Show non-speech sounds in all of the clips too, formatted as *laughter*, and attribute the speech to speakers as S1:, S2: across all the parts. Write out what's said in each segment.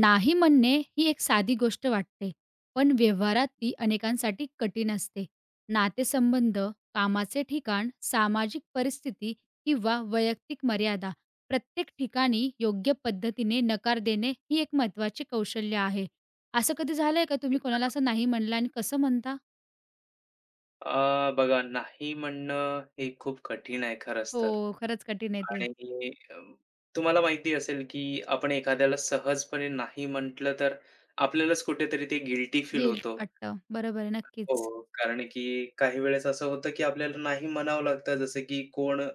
S1: नाही म्हणणे ही एक साधी गोष्ट वाटते, पण व्यवहारात ती अनेकांसाठी कठीण असते. नातेसंबंध, कामाचे ठिकाण, सामाजिक परिस्थिती किंवा वैयक्तिक मर्यादा प्रत्येक ठिकाणी योग्य पद्धतीने नकार देणे ही एक महत्त्वाची कौशल्य आहे. असं कधी झालंय का तुम्ही कोणाला असं नाही म्हणलं आणि कसं म्हणता?
S2: बघा, नाही म्हणणं हे खूप कठीण आहे खरंच
S1: हो,
S2: तर.
S1: खरंच कठीण आहे ते.
S2: आणि अ, तुम्हाला माहिती असेल की आपण एखाद्याला सहजपणे नाही म्हटलं तर आपल्यालाच कुठेतरी ते गिल्टी फील
S1: गिल्ट
S2: होतो.
S1: वाटतं. बरोबर आहे,
S2: हो,
S1: नक्कीच.
S2: कारण की काही वेळेस असं होतं की आपल्याला नाही म्हणावं लागतं, जसं की कोण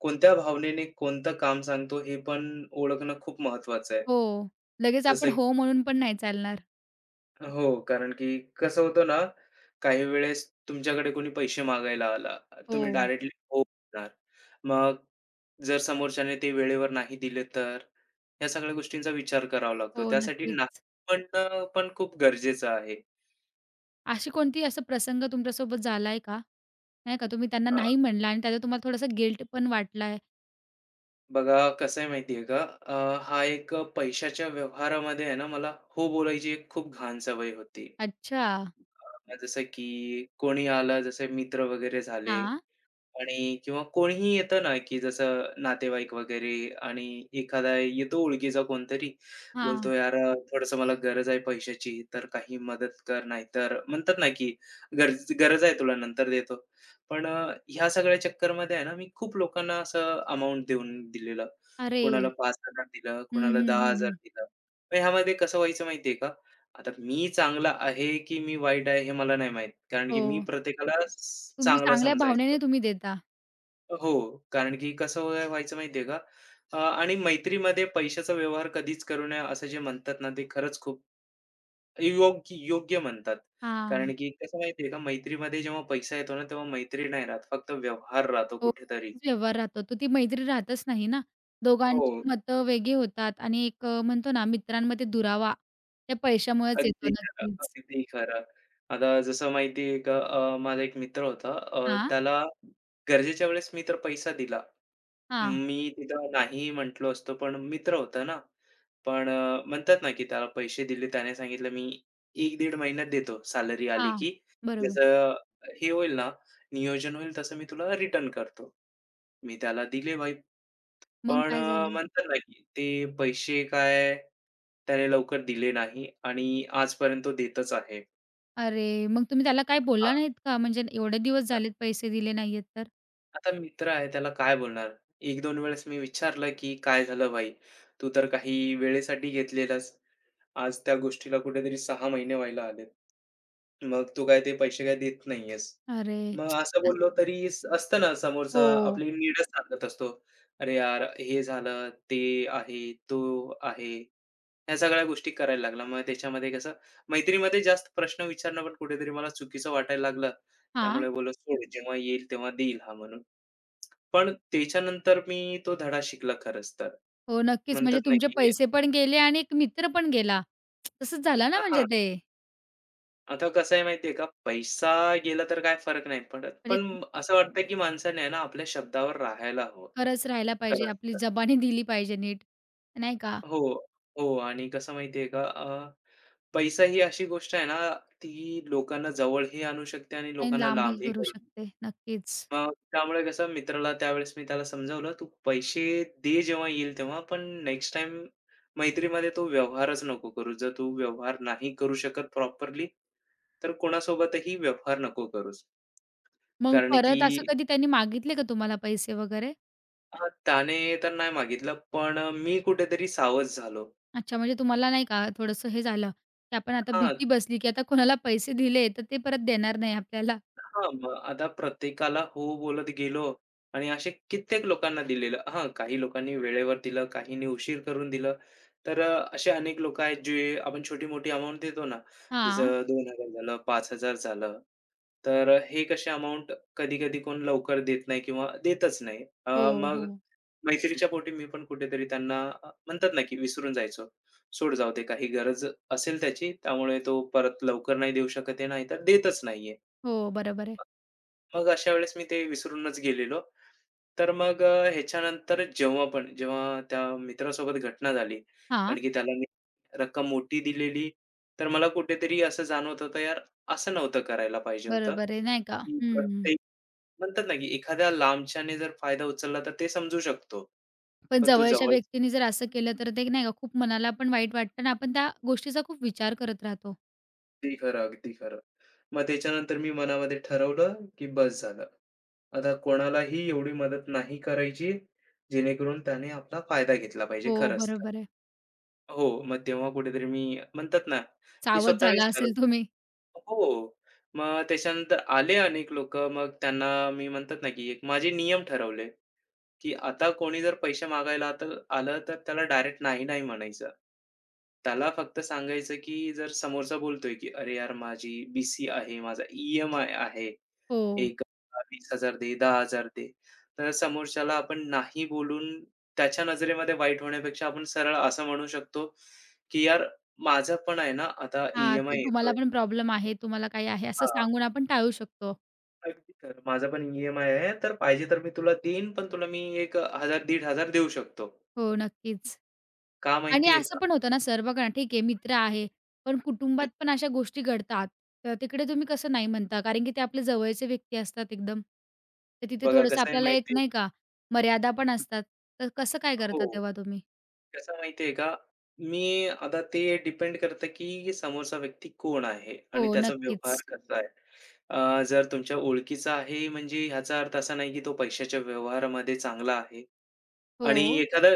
S2: कोणत्या भावनेने कोणतं काम सांगतो हे पण ओळखणं खूप महत्वाचं आहे.
S1: हो, लगेच आपण
S2: जसं
S1: हो म्हणून पण नाही चालणार.
S2: हो, कारण की कसं होतं ना, काही वेळेस तुमच्याकडे कोणी पैसे मागायला आला,
S1: हो,
S2: तुम्ही डायरेक्टली हो म्हणणार. मग जर समोरच्याने ते वेळेवर नाही दिले तर? या सगळ्या गोष्टींचा विचार करावा लागतो.
S1: हो,
S2: त्यासाठी
S1: नक्कीच.
S2: नाही म्हणणं पण खूप गरजेचं आहे.
S1: अशी कोणती असा प्रसंग तुमच्यासोबत झालाय का? नाही का, तुम्ही त्यांना
S2: अ,
S1: नाही म्हणला आणि त्याचा तुम्हाला थोडासा गिल्ट पण वाटलाय?
S2: बघा, कसं आहे माहिती का? अ, हा एक, पैशाच्या व्यवहारामध्ये आहे ना, मला हो बोलायची एक खूप घाण सवय होती.
S1: अच्छा.
S2: जसं की कोणी आलं, जसे मित्र वगैरे झाले
S1: हां,
S2: आणि किंवा कोणीही येतं ना, की जसं नातेवाईक वगैरे, आणि एखादा येतो ओळखीचा कोणतरी,
S1: हां.
S2: बोलतो, "यार, मला गरज आहे पैशाची, तर काही मदत कर." नाही तर म्हणतात ना, की "गरज गरज आहे, तुला नंतर देतो." पण ह्या सगळ्या चक्करमध्ये आहे ना, मी खूप लोकांना असं अमाउंट देऊन दिलेलं.
S1: अरे!
S2: कोणाला 5,000 दिलं,
S1: हं,
S2: कोणाला
S1: हं, हं,
S2: 10,000
S1: हं.
S2: दिलं. मग ह्यामध्ये कसं व्हायचं माहिती का? आता मी चांगला आहे की मी वाईट आहे हे मला नाही माहीत. कारण
S1: हो.
S2: की मी प्रत्येकाला
S1: तुम्ही
S2: चांगला
S1: चांगल्या भावनेने
S2: समजायचो.
S1: तुम्ही देता.
S2: हो, कारण की कसं व्हायचं माहिती का? आणि मैत्रीमध्ये पैशाचा व्यवहार कधीच करू नये असं जे म्हणतात ना, ते खरंच खूप योग्य योग्य म्हणतात.
S1: हां.
S2: कारण की कसं माहिती का, मैत्रीमध्ये जेव्हा पैसा येतो ना, तेव्हा मैत्री नाही राहत, फक्त व्यवहार राहतो
S1: हो,
S2: कुठेतरी.
S1: नक्कीच व्यवहार राहतो. तर ती मैत्री राहतच नाही ना.
S2: हो,
S1: दोघांची मतं वेगळी होतात आणि एक म्हणतो ना मित्रांमध्ये दुरावा त्या पैशामुळेच येतो
S2: अगदी खरं,
S1: नक्कीच.
S2: अगदी खरं. आता जसं माहिती का, माझा एक मित्र होता,
S1: हां,
S2: त्याला गरजेच्या वेळेस मी तर पैसा दिला.
S1: हां,
S2: मी तिथं नाही म्हटलो असतो, पण मित्र होता ना. पण म्हणतात ना, की त्याला पैसे दिले. त्याने सांगितलं, "मी 1-1.5 महिन्यात देतो, सॅलरी आली
S1: हां.
S2: की
S1: बरोबर.
S2: जसं हे होईल ना, नियोजन होईल तसं मी तुला रिटर्न करतो." मी त्याला दिले भाई.
S1: मग
S2: पण
S1: काय झालं?
S2: म्हणतात ना, की ते पैसे काय त्याने लवकर दिले नाही आणि आजपर्यंत तो देतच आहे.
S1: अरे! मग तुम्ही त्याला काही बोलला
S2: हां,
S1: नाहीत का? म्हणजे एवढे दिवस झालेत पैसे दिले नाहीयेत तर?
S2: आता मित्र आहे, त्याला काय बोलणार? 1-2 वेळेस मी विचारलं, की "काय झालं भाई? तू तर काही वेळेसाठी घेतलेलंस." आज त्या गोष्टीला कुठेतरी 6 महिने व्हायला आलेत. मग तू काय ते पैसे काय देत नाहीयेस.
S1: अरे!
S2: मग असं
S1: असं
S2: बोललो तरी असतं ना,
S1: हो.
S2: समोरचा आपली नीडच सांगत असतो. "अरे यार, हे झालं, ते आहे, तो आहे." ह्या सगळ्या गोष्टी करायला लागला. मग त्याच्यामध्ये कसं, मैत्रीमध्ये जास्त प्रश्न विचारणं पण कुठेतरी मला चुकीचं वाटायला लागलं.
S1: हां.
S2: त्यामुळे बोललो, "सोड, जेव्हा येईल तेव्हा देईल हा," म्हणून. पण त्याच्यानंतर मी तो धडा शिकला खरंच तर.
S1: हो, नक्कीच.
S2: म्हणतात
S1: म्हणजे
S2: ना,
S1: तुमचे
S2: की
S1: पैसे पण गेले आणि एक मित्र पण गेला. तसंच झालं ना म्हणजे
S2: हां,
S1: ते.
S2: आता कसं आहे माहिती आहे का, पैसा गेला तर काय फरक नाही पडत.
S1: पण एक
S2: पण असं वाटतं की माणसाने आहे ना, आपल्या शब्दावर राहायला हवं.
S1: खरंच राहायला पाहिजे.
S2: खरंच
S1: आपली
S2: तर.
S1: जबानी दिली पाहिजे नीट, नाही का?
S2: हो, हो. आणि कसं माहिती आहे का पैसा ही अशी गोष्ट आहे ना, ती लोकांना जवळही आणू शकते आणि
S1: आणि
S2: लोकांना
S1: लांबही
S2: लांबही
S1: करू
S2: करून,
S1: शकते. नक्कीच.
S2: मग त्यामुळे कसं मित्राला त्यावेळेस मी त्याला समजावलं, "तू पैसे दे जेव्हा येईल तेव्हा, पण नेक्स्ट टाईम मैत्रीमध्ये तो व्यवहारच नको करूस. जर तू व्यवहार नाही करू शकत प्रॉपरली, तर कोणासोबतही व्यवहार नको करूस."
S1: मग
S2: कारण की
S1: परत असं कधी त्यांनी मागितले का तुम्हाला पैसे वगैरे?
S2: त्याने तर नाही मागितलं, पण मी कुठेतरी सावध झालो.
S1: अच्छा, म्हणजे तुम्हाला नाही का थोडंसं हे झालं, की आपण आता
S2: हां,
S1: भीती बसली, की आता कोणाला पैसे दिले तर ते परत देणार नाही आपल्याला.
S2: हां, मग आता प्रत्येकाला हो बोलत गेलो आणि असे कित्येक लोकांना दिलेलं. हां, काही लोकांनी वेळेवर दिलं, काहींनी उशीर करून दिलं. तर असे अनेक लोकं आहेत जे आपण छोटी-मोठी अमाउंट देतो ना,
S1: हां.
S2: जसं 2,000 झालं, 5,000 झालं. तर हे कसे अमाउंट, कधी-कधी कोण लवकर देत नाही किंवा देतच नाही.
S1: हो,
S2: मग
S1: हो.
S2: मैत्रीच्या पोटी मी पण कुठेतरी त्यांना म्हणतात ना, की विसरून जायचो. सोड, जाऊ दे, काही गरज असेल त्याची, त्यामुळे तो परत लवकर नाही देऊ शकत आहे, नाहीतर देतच नाहीये.
S1: हो, बरोबर आहे.
S2: मग अशा वेळेस मी ते विसरूनच गेलेलो. तर मग ह्याच्यानंतर जेव्हा त्या मित्रासोबत घटना झाली,
S1: हां.
S2: कारण की त्याला मी रक्कम मोठी दिलेली, तर मला कुठेतरी असं जाणवत होतं, यार, असं नव्हतं करायला पाहिजे होतं,
S1: बरोबर आहे, नाही का?
S2: की
S1: हं.
S2: प्रत्येक, म्हणतात ना, की एखाद्या लांबच्याने जर फायदा उचलला, तर ते समजू शकतो.
S1: पण
S2: पण तू
S1: जवळच्या
S2: जवळ
S1: व्यक्तीने जर असं केलं तर ते नाही का खूप मनाला पण वाईट वाटतं आणि आपण त्या गोष्टीचा खूप विचार करत राहतो.
S2: अगदी खरं, अगदी खरं. मग त्याच्यानंतर मी मनामध्ये ठरवलं, की बस झालं. आता कोणालाही एवढी मदत नाही करायची, जेणेकरून त्याने आपला फायदा घेतला पाहिजे
S1: हो,
S2: खरंच तर.
S1: बरोबर आहे.
S2: हो, मग तेव्हा कुठेतरी मी, म्हणतात ना, की
S1: सावध झाला
S2: स्वतःनेच ठरवलं.
S1: असेल तुम्ही.
S2: हो. मग त्याच्यानंतर आले अनेक लोक, मग त्यांना मी, म्हणतात ना, की एक माझे नियम ठरवले. की आता कोणी जर पैसे मागायला तर आलं तर त्याला डायरेक्ट नाही, नाही म्हणायचं. त्याला फक्त सांगायचं की, जर समोरचा बोलतोय की, "अरे यार, माझी बी आहे, माझा ई-एम-आय आहे.
S1: हो.
S2: 1,000, 20,000 दे, 10,000 दे." तर समोरच्याला आपण नाही बोलून त्याच्या नजरेमध्ये वाईट होण्यापेक्षा आपण सरळ असं म्हणू शकतो, की "यार, माझं पण आहे ना आता ई
S1: हां, तुम्हाला
S2: येतोय."
S1: पण प्रॉब्लेम आहे, तुम्हाला काही आहे असं
S2: हां,
S1: सांगून आपण टाळू शकतो.
S2: अगदी खरं. "माझा पण ई आहे, तर पाहिजे तर मी तुला देईन, पण तुला मी 1,000 1,500 देऊ शकतो.
S1: हो, नक्कीच.
S2: का
S1: आणि
S2: माहिती?
S1: असं पण होतं ना सर बघा ना, ठीक आहे मित्र आहे, पण कुटुंबात
S2: हं,
S1: पण अशा गोष्टी घडतात. तर तिकडे तुम्ही कसं नाही म्हणता? कारण की ते आपले जवळचे व्यक्ती असतात एकदम. तर तिथे
S2: बघा
S1: थोडंसं
S2: कसं आहे
S1: आपल्याला एक
S2: माहिती?
S1: नाही का मर्यादा पण असतात. तर कसं काय करता
S2: हो,
S1: तेव्हा तुम्ही?
S2: कसं आहे माहिती आहे का? मी आता ते डिपेंड करतं की समोरचा व्यक्ती कोण आहे
S1: हो,
S2: आणि त्याचा व्यवहार
S1: नक्कीच.
S2: कसा आहे. जर तुमच्या ओळखीचा आहे म्हणजे ह्याचा अर्थ असा नाही की तो पैशाच्या व्यवहारामध्ये चांगला आहे. आणि
S1: हो.
S2: एखादा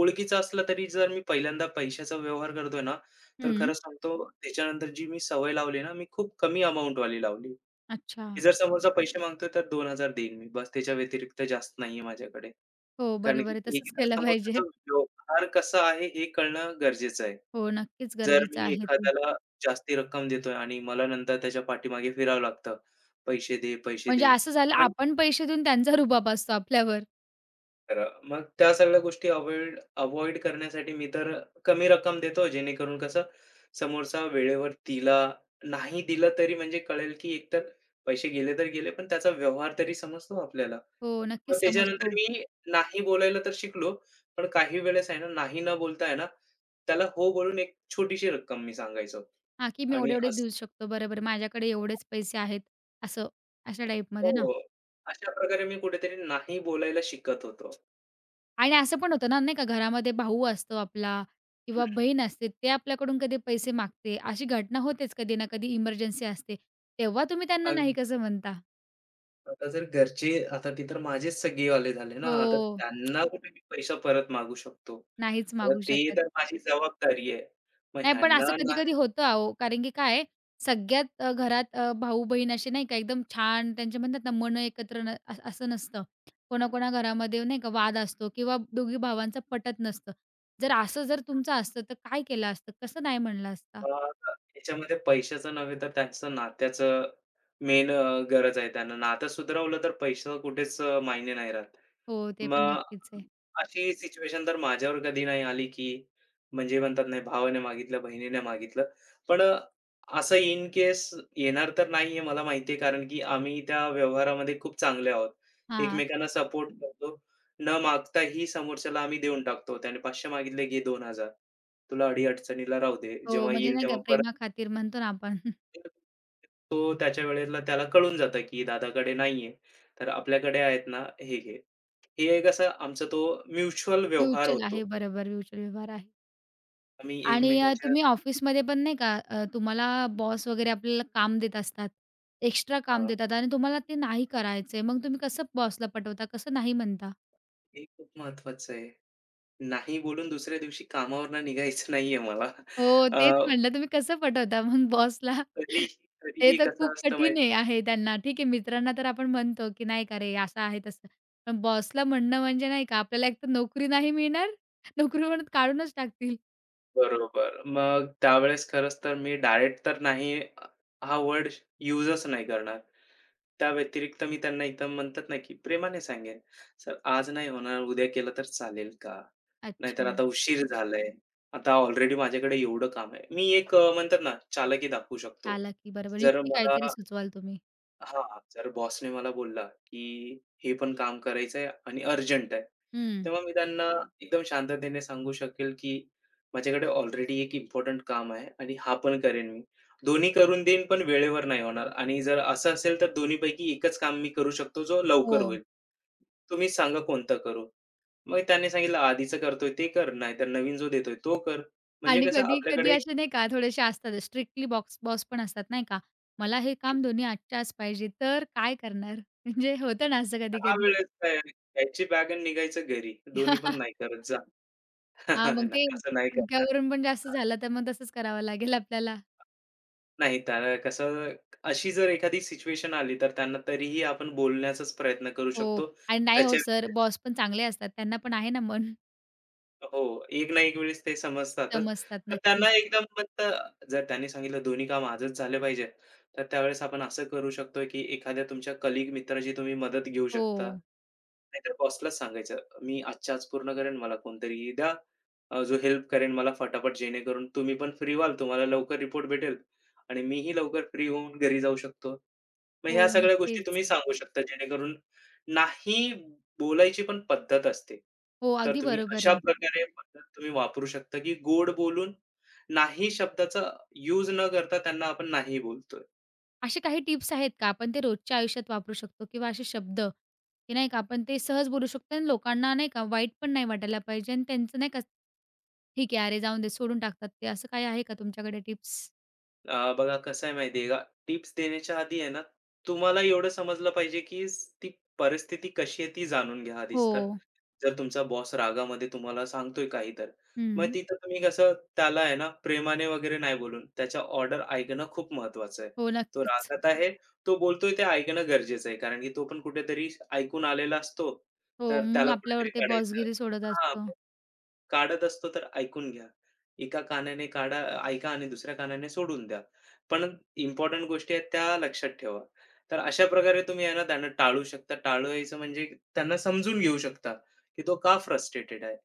S2: ओळखीचा असला तरी जर मी पहिल्यांदा पैशाचा व्यवहार करतोय ना, तर
S1: हं.
S2: खरं सांगतो, त्याच्यानंतर जी मी सवय लावली ना, मी खूप कमी अमाउंटवाली लावली.
S1: अच्छा.
S2: की जर समोरचा पैसे मागतोय तर 2,000 देईन मी. बस, त्याच्या व्यतिरिक्त जास्त नाहीये माझ्याकडे.
S1: हो,
S2: कारण
S1: बरोबर
S2: की
S1: आहे. तसंच
S2: एकदा
S1: केलं
S2: समोरच्याचा
S1: पाहिजे.
S2: व्यवहार कसा आहे हे कळणं गरजेचं आहे.
S1: हो, नक्कीच
S2: जर
S1: गरजेचं
S2: मी
S1: आहे ते.
S2: एखाद्याला जास्ती रक्कम देतोय आणि मला नंतर त्याच्या पाठीमागे फिरावं लागतं, "पैसे दे, पैसे
S1: म्हणजे
S2: दे."
S1: असं झालं
S2: मग
S1: आपण पैसे देऊन त्यांचा रुबाब असतो आपल्यावर.
S2: खरं, मग त्या सगळ्या गोष्टी अव्हॉइड अव्हॉइड करण्यासाठी मी तर कमी रक्कम देतो, जेणेकरून कसं, समोरचा वेळेवर दिला, नाही दिला तरी म्हणजे कळेल की, एकतर पैसे गेले तर गेले, पण त्याचा व्यवहार तरी समजतो आपल्याला.
S1: हो,
S2: मग
S1: नक्कीच
S2: त्याच्यानंतर
S1: समजतो.
S2: मी नाही बोलायला तर शिकलो. पण काही वेळेस आहे ना, नाही न बोलता आहे ना, त्याला हो बोलून एक छोटीशी रक्कम मी सांगायचो.
S1: हां, की मी
S2: आणि
S1: एवढे-एवढेच देऊ
S2: असं.
S1: शकतो. बरोबर, माझ्याकडे एवढेच पैसे आहेत, असं, अशा
S2: हो.
S1: टाईपमध्ये ना.
S2: अशा प्रकारे मी कुठेतरी नाही बोलायला शिकत होतो.
S1: आणि असं पण होतं ना, नाही का, घरामध्ये भाऊ असतो आपला किंवा
S2: हं.
S1: बहीण असते, ते आपल्याकडून कधी पैसे मागते. अशी घटना होतेच कधी ना कधी इमर्जन्सी असते. तेव्हा तुम्ही त्यांना नाही
S2: अग,
S1: कसं म्हणता?
S2: आता जर घरचे, आता ते तर माझेच सगेवाले झाले ना, आता
S1: हो,
S2: त्यांना कुठे मी पैसा परत मागू शकतो.
S1: नाहीच
S2: आता
S1: मागू
S2: ते
S1: शकत.
S2: तर माझी जबाबदारी आहे. मग
S1: नाही, पण
S2: ह्यांना
S1: असं
S2: नाही,
S1: कधी-कधी होतं अहो, कारण की काय आहे, सगळ्यात घरात भाऊ-बहीण असे नाही का एकदम छान त्यांचे म्हणतात ना, मनं एकत्र न अ असं नसतं. कोणा-कोणा घरामध्ये नाही का वाद असतो किंवा दोघी भावांचं पटत नसतं. जर असं तुमचं असतं, तर काय केलं असतं? कसं नाही म्हणला असता?
S2: मग आता याच्यामध्ये पैशाचं नव्हे तर त्यांचं नात्याचं मेन गरज आहे त्यांना. नातं सुधरवलं तर पैसा कुठेच मायने नाही राहत.
S1: हो, ते पण
S2: मग
S1: नक्कीच आहे.
S2: अशी सिच्युएशन तर माझ्यावर कधी नाही आली, की म्हणजे म्हणतात, नाही भावाने मागितलं, बहिणीने मागितलं. पण असं इन केस येणार तर नाहीये मला माहिती, कारण की आम्ही त्या व्यवहारामध्ये खूप चांगले आहोत.
S1: हां.
S2: एकमेकांना सपोर्ट करतो. न मागताही समोरच्याला आम्ही देऊन टाकतो. त्याने 500 मागितले, "घे 2,000, तुला अडी-अडचणीला राहू दे.
S1: हो,
S2: जेव्हा
S1: म्हणजे
S2: येईल
S1: नाही का
S2: तेव्हा परत."
S1: प्रेमाखातीर म्हणतो ना आपण. *laughs*
S2: तो त्याच्या वेळेला त्याला कळून जातं, की दादाकडे नाहीये, तर आपल्याकडे आहेत ना, हे घे. हे कसं आमचा तो म्युच्युअल व्यवहार
S1: म्युच्युअल आहे,
S2: होतो.
S1: बरोबर. म्युच्युअल व्यवहार आहे.
S2: आम्ही
S1: आणि
S2: एकमेकांच्या.
S1: तुम्ही ऑफिसमध्ये पण नाही का तुम्हाला बॉस वगैरे आपल्याला काम देत असतात. एक्स्ट्रा काम
S2: हां,
S1: देतात आणि तुम्हाला ते नाही करायचंय. मग तुम्ही कसं बॉसला पटवता? कसं नाही म्हणता?
S2: हे खूप महत्वाचं आहे. नाही बोलून दुसऱ्या दिवशी कामावरनं निघायचं नाहीये मला.
S1: हो,
S2: अ,
S1: तेच म्हटलं तुम्ही कसं पटवता मग बॉसला?
S2: कधी
S1: ते
S2: कधीही
S1: तर
S2: कसं
S1: खूप
S2: असतं
S1: कठीण
S2: माहिती?
S1: आहे आहे त्यांना. ठीक आहे मित्रांना तर आपण म्हणतो, की नाही का रे असं आहे तसं. पण बॉसला म्हणणं म्हणजे नाही का आपल्याला एकतर नोकरी नाही मिळणार, नोकरीवरून काढूनच टाकतील.
S2: बरोबर. मग त्यावेळेस खरंच तर मी डायरेक्ट तर नाही, हा वर्ड युजच नाही करणार. त्या व्यतिरिक्त मी त्यांना एकदम, म्हणतात ना, की प्रेमाने सांगेन, "सर, आज नाही होणार, उद्या केलं तर चालेल का? नाहीतर
S1: अच्छा.
S2: आता उशीर झालाय. आता ऑलरेडी माझ्याकडे एवढं काम आहे." मी एक म्हणतात ना, चालाकी दाखवू शकतो.
S1: चालाकी बरोबर.
S2: जर
S1: युक्ती काहीतरी
S2: मला,
S1: सुचवाल तुम्ही.
S2: हां, जर बॉसने मला बोलला, की हे पण काम करायचंय आणि अर्जंट आहे.
S1: हं.
S2: तेव्हा मी त्यांना एकदम शांततेने सांगू शकेल, की माझ्याकडे ऑलरेडी एक इम्पोर्टंट काम आहे आणि हा पण करेन मी. दोन्ही करून देईन पण वेळेवर नाही होणार, आणि जर असं असेल तर दोन्हीपैकी एकच काम मी करू शकतो जो
S1: हो.
S2: लवकर होईल. तुम्हीच सांगा, कोणतं करू? मग त्याने सांगितलं, आधीचं करतोय ते कर, नाहीतर नवीन जो देतोय तो कर. म्हणजे
S1: आणि
S2: कसं
S1: कधी-कधी
S2: आपल्याकडे एक,
S1: असे नाही का थोडेसे असतात स्ट्रिक्टली बॉक्स बॉस पण असतात नाही का, मला हे काम दोन्ही आजच्या आज पाहिजे तर काय करणार? *laughs* म्हणजे होतं ना असं
S2: 10
S1: कधी-कधी.
S2: वेळेस काय आहे, घ्यायची बॅग आणि निघायचं घरी. दोन्ही
S1: हां,
S2: पण
S1: *laughs*
S2: नाही करत जा. *laughs*
S1: मग
S2: नाही,
S1: ते
S2: असं नाही करणार.
S1: डोक्यावरून पण जास्त
S2: अ,
S1: झालं तर मग तसंच करावं लागेल आपल्याला.
S2: नाही, त्याला कसं, अशी जर एखादी सिच्युएशन आली, तर त्यांना तरीही आपण बोलण्याचाच प्रयत्न करू
S1: हो
S2: शकतो.
S1: आणि नाही हो
S2: त्याच्या,
S1: सर बॉस पण चांगले असतात. त्यांना पण आहे ना मन
S2: हो, एक ना एक वेळेस ते समजतातच.
S1: समजतात
S2: तर त्यांना
S1: नक्कीच.
S2: एकदम फक्त, जर त्यांनी सांगितलं दोन्ही काम आजच झाले पाहिजे, तर त्यावेळेस आपण असं करू शकतो, की एखाद्या तुमच्या कलीग मित्राची तुम्ही मदत घेऊ शकता.
S1: हो,
S2: नाहीतर बॉसलाच सांगायचं, "मी आजच्या आज पूर्ण करेन, मला कोणतरी द्या, जो हेल्प करेन मला फटाफट, जेणेकरून तुम्ही पण फ्री व्हाल, तुम्हाला लवकर रिपोर्ट भेटेल आणि मीही लवकर फ्री होऊन घरी जाऊ शकतो." मग
S1: हो
S2: ह्या सगळ्या गोष्टी
S1: नक्कीच.
S2: तुम्ही सांगू शकता, जेणेकरून नाही बोलायची पण पद्धत असते.
S1: हो,
S2: तर
S1: अगदी
S2: तुम्ही
S1: बरोबर
S2: अशा
S1: आहे.
S2: प्रकारे पद्धत तुम्ही वापरू शकता, की गोड बोलून नाही शब्दाचा यूज न करता त्यांना आपण नाही बोलतोय.
S1: असे काही टिप्स आहेत का आपण ते रोजच्या आयुष्यात वापरू शकतो किंवा असे शब्द, की नाही का आपण ते सहज बोलू शकतो आणि लोकांना नाही का वाईट पण नाही वाटायला पाहिजे आणि त्यांचं नाही का ठीक आहे, अरे जाऊन दे सोडून टाकतात ते असं काही आहे का तुमच्याकडे टिप्स?
S2: बघा, कसं आहे माहिती आहे का, टिप्स देण्याच्या आधी आहे ना, तुम्हाला एवढं समजलं पाहिजे, की ती परिस्थिती कशी आहे ती जाणून घ्या आधीच
S1: हो.
S2: तर. जर तुमचा बॉस रागामध्ये तुम्हाला सांगतोय काही, तर मग
S1: हं.
S2: तिथं तुम्ही कसं त्याला आहे ना, प्रेमाने वगैरे नाही बोलून त्याच्या ऑर्डर ऐकणं खूप महत्वाचं आहे.
S1: हो,
S2: तो
S1: नक्कीच.
S2: रागात आहे, तो बोलतोय ते ऐकणं गरजेचं आहे. कारण की तो पण कुठेतरी ऐकून आलेला असतो,
S1: हो,
S2: तर
S1: मग
S2: त्याला
S1: आपल्यावर
S2: कुठेतरी
S1: ते
S2: काढायचं,
S1: बॉसगिरी सोडत
S2: हां,
S1: असतो.
S2: काढत असतो, तर ऐकून घ्या. एका कानाने काढा, ऐका आणि दुसऱ्या कानाने सोडून द्या. पण इम्पोर्टंट गोष्टी आहेत त्या लक्षात ठेवा. तर अशा प्रकारे तुम्ही आहे ना, त्यांना टाळू शकता. टाळायचं म्हणजे त्यांना समजून घेऊ शकता, की तो का फ्रस्ट्रेटेड आहे.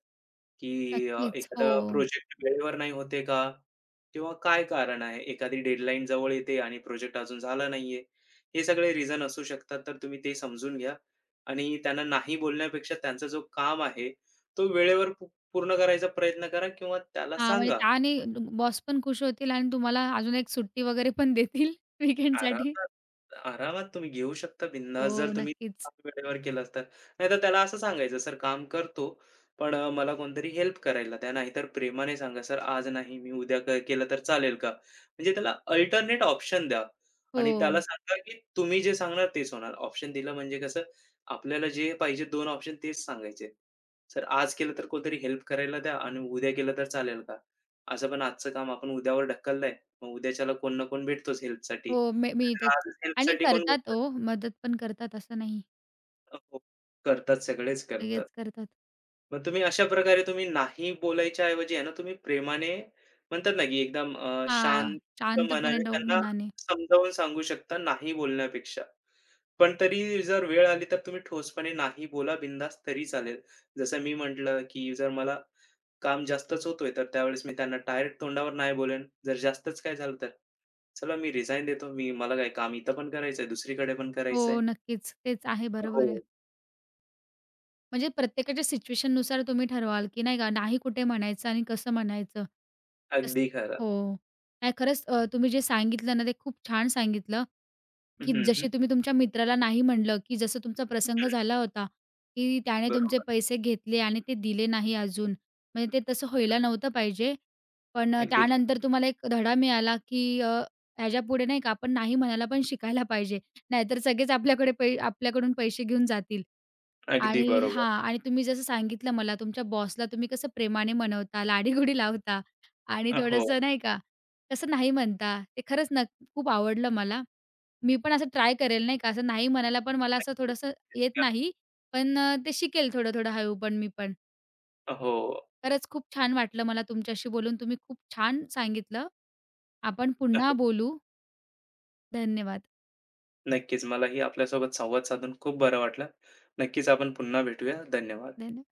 S2: की
S1: नक्कीच. हो.
S2: एखादा प्रोजेक्ट वेळेवर नाही होते का? किंवा काय कारण आहे? एखादी डेडलाईन जवळ येते आणि प्रोजेक्ट अजून झाला नाहीये. हे सगळे रिझन असू शकतात, तर तुम्ही ते समजून घ्या आणि त्यांना नाही बोलण्यापेक्षा त्यांचा जो काम आहे, तो वेळेवर पूर्ण करायचा प्रयत्न करा, किंवा त्याला
S1: हां, म्हणजे
S2: सांगा.
S1: त्याने बॉस पण खुश होतील आणि तुम्हाला अजून एक सुट्टी वगैरे पण देतील *laughs* वीकेंडसाठी.
S2: आरामात आरामात तुम्ही घेऊ शकता
S1: हो,
S2: बिंदास जर तुम्ही
S1: नक्कीच.
S2: काम वेळेवर केलंत तर. नाहीतर त्याला असं सांगायचं, "सर, काम करतो, पण मला कोणतरी हेल्प करायला द्या." नाहीतर प्रेमाने सांगा, "सर, आज नाही, मी उद्या केलं तर चालेल का?" म्हणजे त्याला अल्टरनेट ऑप्शन द्या
S1: हो.
S2: आणि त्याला सांगा, की तुम्ही जे सांगणार तेच होणार. ऑप्शन दिलं म्हणजे कसं, आपल्याला जे पाहिजे 2 ऑप्शन तेच सांगायचे. "सर, आज केलं तर कोणतरी हेल्प करायला द्या, आणि उद्या केलं तर चालेल का?" असं पण आजचं काम आपण उद्यावर ढकललंय, मग उद्याच्याला कोण ना कोण भेटतोच हेल्पसाठी.
S1: हो, मिळतोच
S2: आजच
S1: आणि
S2: हेल्पसाठी कोण
S1: करतात ओ,
S2: भेटतं?
S1: मदत पण करतात असं नाही.
S2: हो. करतात, सगळेच करतात.
S1: लगेच करतात.
S2: मग तुम्ही अशा प्रकारे तुम्ही नाही बोलायच्या ऐवजी आहे ना, तुम्ही प्रेमाने, म्हणतात ना, की एकदम
S1: हां,
S2: शांत
S1: शांतपणे
S2: मनाने
S1: डोक
S2: त्यांना
S1: मनाने.
S2: समजावून सांगू शकता नाही बोलण्यापेक्षा. पण तरी जर वेळ आली तर तुम्ही ठोसपणे नाही बोला बिनधास्त तरी चालेल. जसं मी म्हटलं, की जर मला काम जास्तच होतोय तर त्यावेळेस मी त्यांना डायरेक्ट तोंडावर नाही बोलेन. जर जास्तच काय झालं तर, "चला, मी रिझाइन देतो. मला काय काम, इथं पण करायचंय, दुसरीकडे पण
S1: हो,
S2: करायचंय."
S1: नक्कीच. तेच आहे,
S2: हो.
S1: बरोबर आहे. म्हणजे प्रत्येकाच्या सिच्युएशननुसार तुम्ही ठरवाल, की नाही का, नाही कुठे म्हणायचं आणि कसं म्हणायचं. तसं
S2: अगदी खरं.
S1: हो. नाही खरंच तुम्ही जे सांगितलं ना, ते खूप छान सांगितलं की
S2: हं, हं.
S1: जशी तुम्ही तुमच्या मित्राला नाही म्हणलं, की जसं तुमचा प्रसंग
S2: हं.
S1: झाला होता, की त्याने तुमचे
S2: बरोबर.
S1: पैसे घेतले आणि ते दिले नाही अजून. म्हणजे ते तसं व्हायला
S2: हं.
S1: नव्हतं पाहिजे. पण
S2: अगदी,
S1: त्यानंतर तुम्हाला एक धडा मिळाला, की ह्याच्यापुढे नाही का आपण नाही म्हणायला पण शिकायला पाहिजे. नाहीतर सगळेच आपल्याकडे पै आपल्याकडून पैसे घेऊन जातील.
S2: अगदी
S1: आणि
S2: बरोबर.
S1: हां. आणि तुम्ही जसं सांगितलं मला तुमच्या बॉसला तुम्ही कसं प्रेमाने मनवता, लाडीगोडी लावता आणि
S2: हो.
S1: थोडंसं नाही का, कसं नाही म्हणता. ते खरंच न खूप आवडलं मला. मी पण असं ट्राय करेल नाही का, असं नाही म्हणायला पण मला असं
S2: नक्कीच,
S1: थोडंसं येत
S2: नक्कीच.
S1: नाही. पण ते शिकेल थोडं-थोडं हळू पण मी पण.
S2: हो,
S1: खरंच खूप छान वाटलं मला तुमच्याशी बोलून. तुम्ही खूप छान सांगितलं. आपण पुन्हा
S2: हो.
S1: बोलू. धन्यवाद.
S2: नक्कीच. मलाही आपल्यासोबत संवाद साधून खूप बरं वाटलं. नक्कीच आपण पुन्हा भेटूया. धन्यवाद.
S1: धन्य